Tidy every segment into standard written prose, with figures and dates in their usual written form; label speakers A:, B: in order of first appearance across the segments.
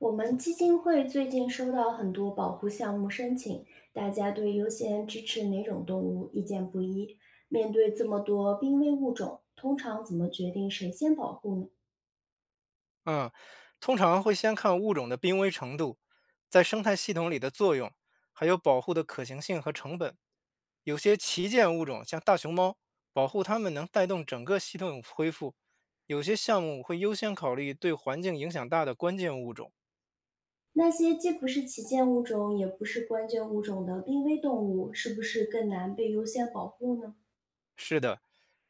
A: 我们基金会最近收到很多保护项目申请，大家对优先支持哪种动物意见不一。面对这么多濒危物种，通常怎么决定谁先保护呢？
B: 嗯，通常会先看物种的濒危程度，在生态系统里的作用，还有保护的可行性和成本。有些旗舰物种，像大熊猫，保护它们能带动整个系统恢复；有些项目会优先考虑对环境影响大的关键物种。
A: 那些既不是旗舰物种，也不是关键物种的濒危动物，是不是更难被优先保护呢？
B: 是的，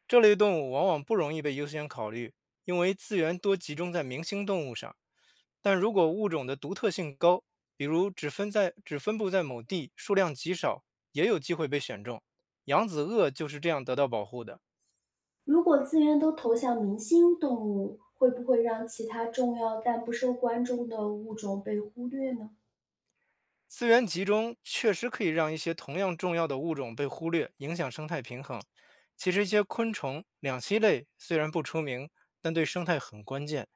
B: 这类动物往往不容易被优先考虑，因为资源多集中在明星动物上。但如果物种的独特性高，比如只分布在某地，数量极少，也有机会被选中。扬子鳄就是这样得到保护的。
A: 如果资源都投向明星动物，会不会让其他重要但不受关注的物种被忽略呢？
B: 资源集中确实可以让一些同样重要的物种被忽略，影响生态平衡。其实，一些昆虫、两栖类虽然不出名，但对生态很关键。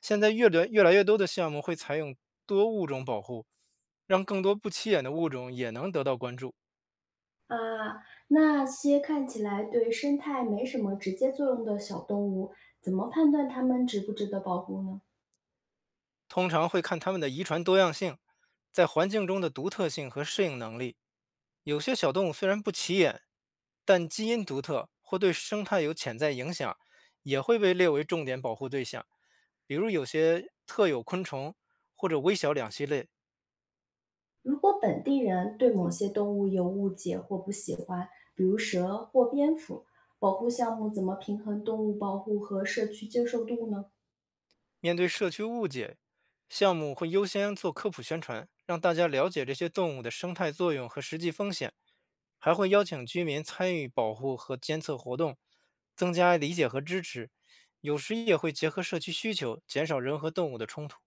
B: 现在越越多的项目会采用多物种保护，让更多不起眼的物种也能得到关注。
A: 啊，那些看起来对生态没什么直接作用的小动物，怎么判断它们值不值得保护呢？
B: 通常会看它们的遗传多样性，在环境中的独特性和适应能力。有些小动物虽然不起眼，但基因独特或对生态有潜在影响，也会被列为重点保护对象。比如有些特有昆虫或者微小两栖类，
A: 如果本地人对某些动物有误解或不喜欢，比如蛇或蝙蝠，保护项目怎么平衡动物保护和社区接受度呢？
B: 面对社区误解，项目会优先做科普宣传，让大家了解这些动物的生态作用和实际风险。还会邀请居民参与保护和监测活动，增加理解和支持。有时也会结合社区需求，减少人和动物的冲突。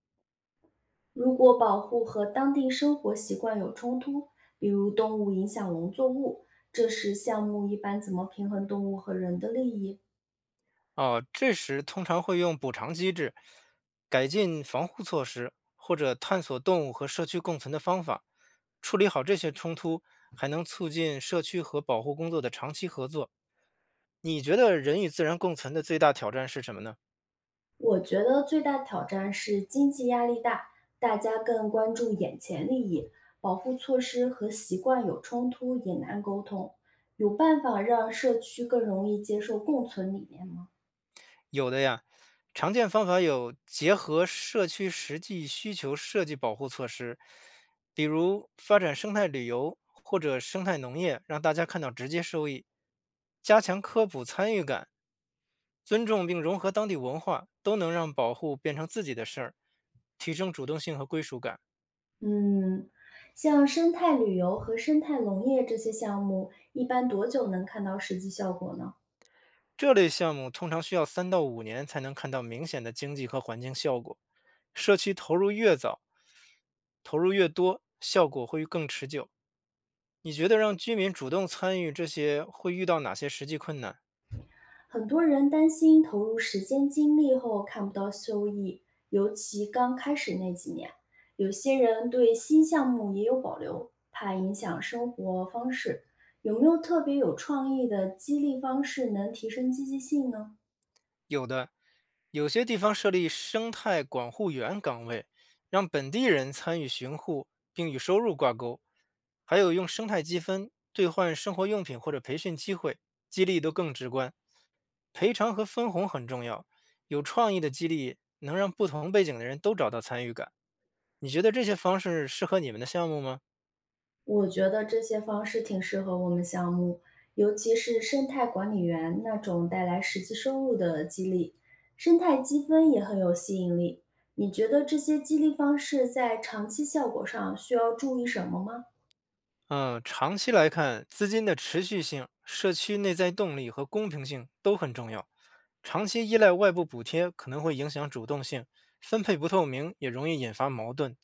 A: 如果保护和当地生活习惯有冲突，比如动物影响农作物，这时项目一般怎么平衡动物和人的利益？
B: 哦，这时通常会用补偿机制、改进防护措施，或者探索动物和社区共存的方法。处理好这些冲突，还能促进社区和保护工作的长期合作。你觉得人与自然共存的最大挑战是什么呢？
A: 我觉得最大挑战是经济压力大，大家更关注眼前利益，保护措施和习惯有冲突也难沟通。有办法让社区更容易接受共存理念吗？
B: 有的呀，常见方法有结合社区实际需求设计保护措施，比如发展生态旅游或者生态农业，让大家看到直接收益，加强科普参与感，尊重并融合当地文化，都能让保护变成自己的事儿，提升主动性和归属感。
A: 嗯，像生态旅游和生态农业这些项目，一般多久能看到实际效果呢？
B: 这类项目通常需要3到5年才能看到明显的经济和环境效果，社区投入越早，投入越多，效果会更持久。你觉得让居民主动参与这些会遇到哪些实际困难？
A: 很多人担心投入时间精力后看不到收益，尤其刚开始那几年，有些人对新项目也有保留，怕影响生活方式。有没有特别有创意的激励方式能提升积极性呢？
B: 有的，有些地方设立生态管护员岗位，让本地人参与巡护，并与收入挂钩；还有用生态积分兑换生活用品或者培训机会，激励都更直观。赔偿和分红很重要，有创意的激励能让不同背景的人都找到参与感。你觉得这些方式适合你们的项目吗？
A: 我觉得这些方式挺适合我们项目，尤其是生态管理员那种带来实际收入的激励，生态积分也很有吸引力。你觉得这些激励方式在长期效果上需要注意什么吗？
B: 嗯，长期来看，资金的持续性、社区内在动力和公平性都很重要。长期依赖外部补贴可能会影响主动性，分配不透明也容易引发矛盾。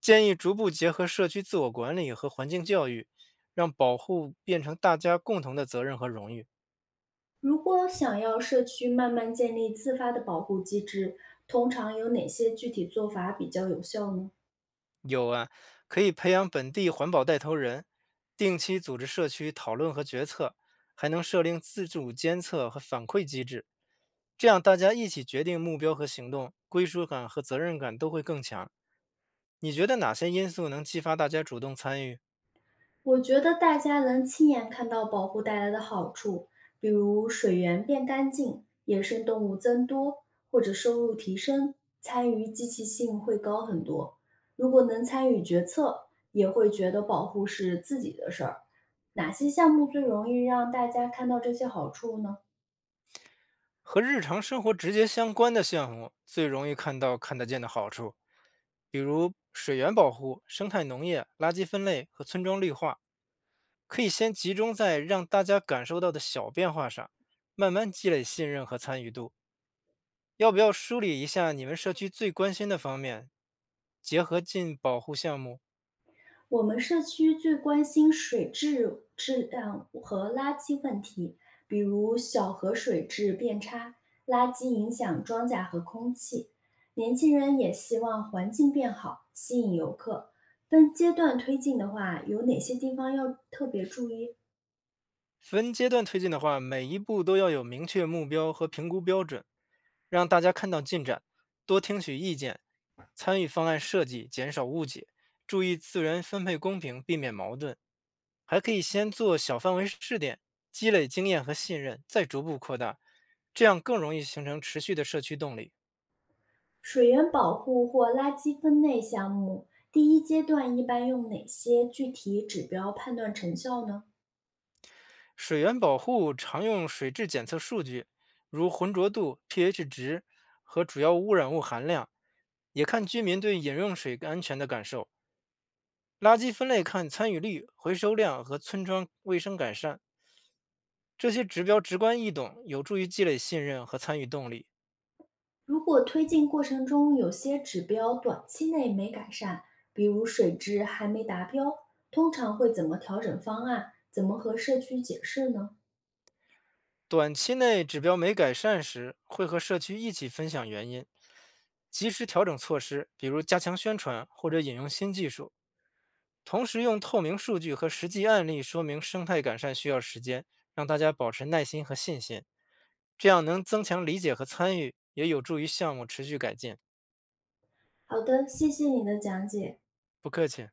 B: 建议逐步结合社区自我管理和环境教育，让保护变成大家共同的责任和荣誉。
A: 如果想要社区慢慢建立自发的保护机制，通常有哪些具体做法比较有效呢？
B: 有啊，可以培养本地环保带头人，定期组织社区讨论和决策，还能设定自主监测和反馈机制，这样大家一起决定目标和行动，归属感和责任感都会更强。你觉得哪些因素能激发大家主动参与？
A: 我觉得大家能亲眼看到保护带来的好处，比如水源变干净、野生动物增多，或者收入提升，参与积极性会高很多。如果能参与决策，也会觉得保护是自己的事儿。哪些项目最容易让大家看到这些好处呢？
B: 和日常生活直接相关的项目最容易看到看得见的好处，比如水源保护、生态农业、垃圾分类和村庄绿化。可以先集中在让大家感受到的小变化上，慢慢积累信任和参与度。要不要梳理一下你们社区最关心的方面，结合进保护项目，
A: 我们社区最关心水质质量和垃圾问题，比如小河水质变差，垃圾影响庄稼和空气。年轻人也希望环境变好，吸引游客。分阶段推进的话，有哪些地方要特别注意？
B: 分阶段推进的话，每一步都要有明确目标和评估标准，让大家看到进展，多听取意见，参与方案设计，减少误解，注意资源分配公平，避免矛盾。还可以先做小范围试点，积累经验和信任，再逐步扩大，这样更容易形成持续的社区动力。
A: 水源保护或垃圾分类项目，第一阶段一般用哪些具体指标判断成效呢？
B: 水源保护常用水质检测数据，如浑浊度、pH 值和主要污染物含量，也看居民对饮用水安全的感受。垃圾分类看参与率、回收量和村庄卫生改善，这些指标直观易懂，有助于积累信任和参与动力。
A: 如果推进过程中有些指标短期内没改善，比如水质还没达标，通常会怎么调整方案？怎么和社区解释呢？
B: 短期内指标没改善时，会和社区一起分享原因，及时调整措施，比如加强宣传或者引用新技术。同时用透明数据和实际案例说明生态改善需要时间，让大家保持耐心和信心，这样能增强理解和参与，也有助于项目持续改进。
A: 好的，谢谢你的讲解。
B: 不客气。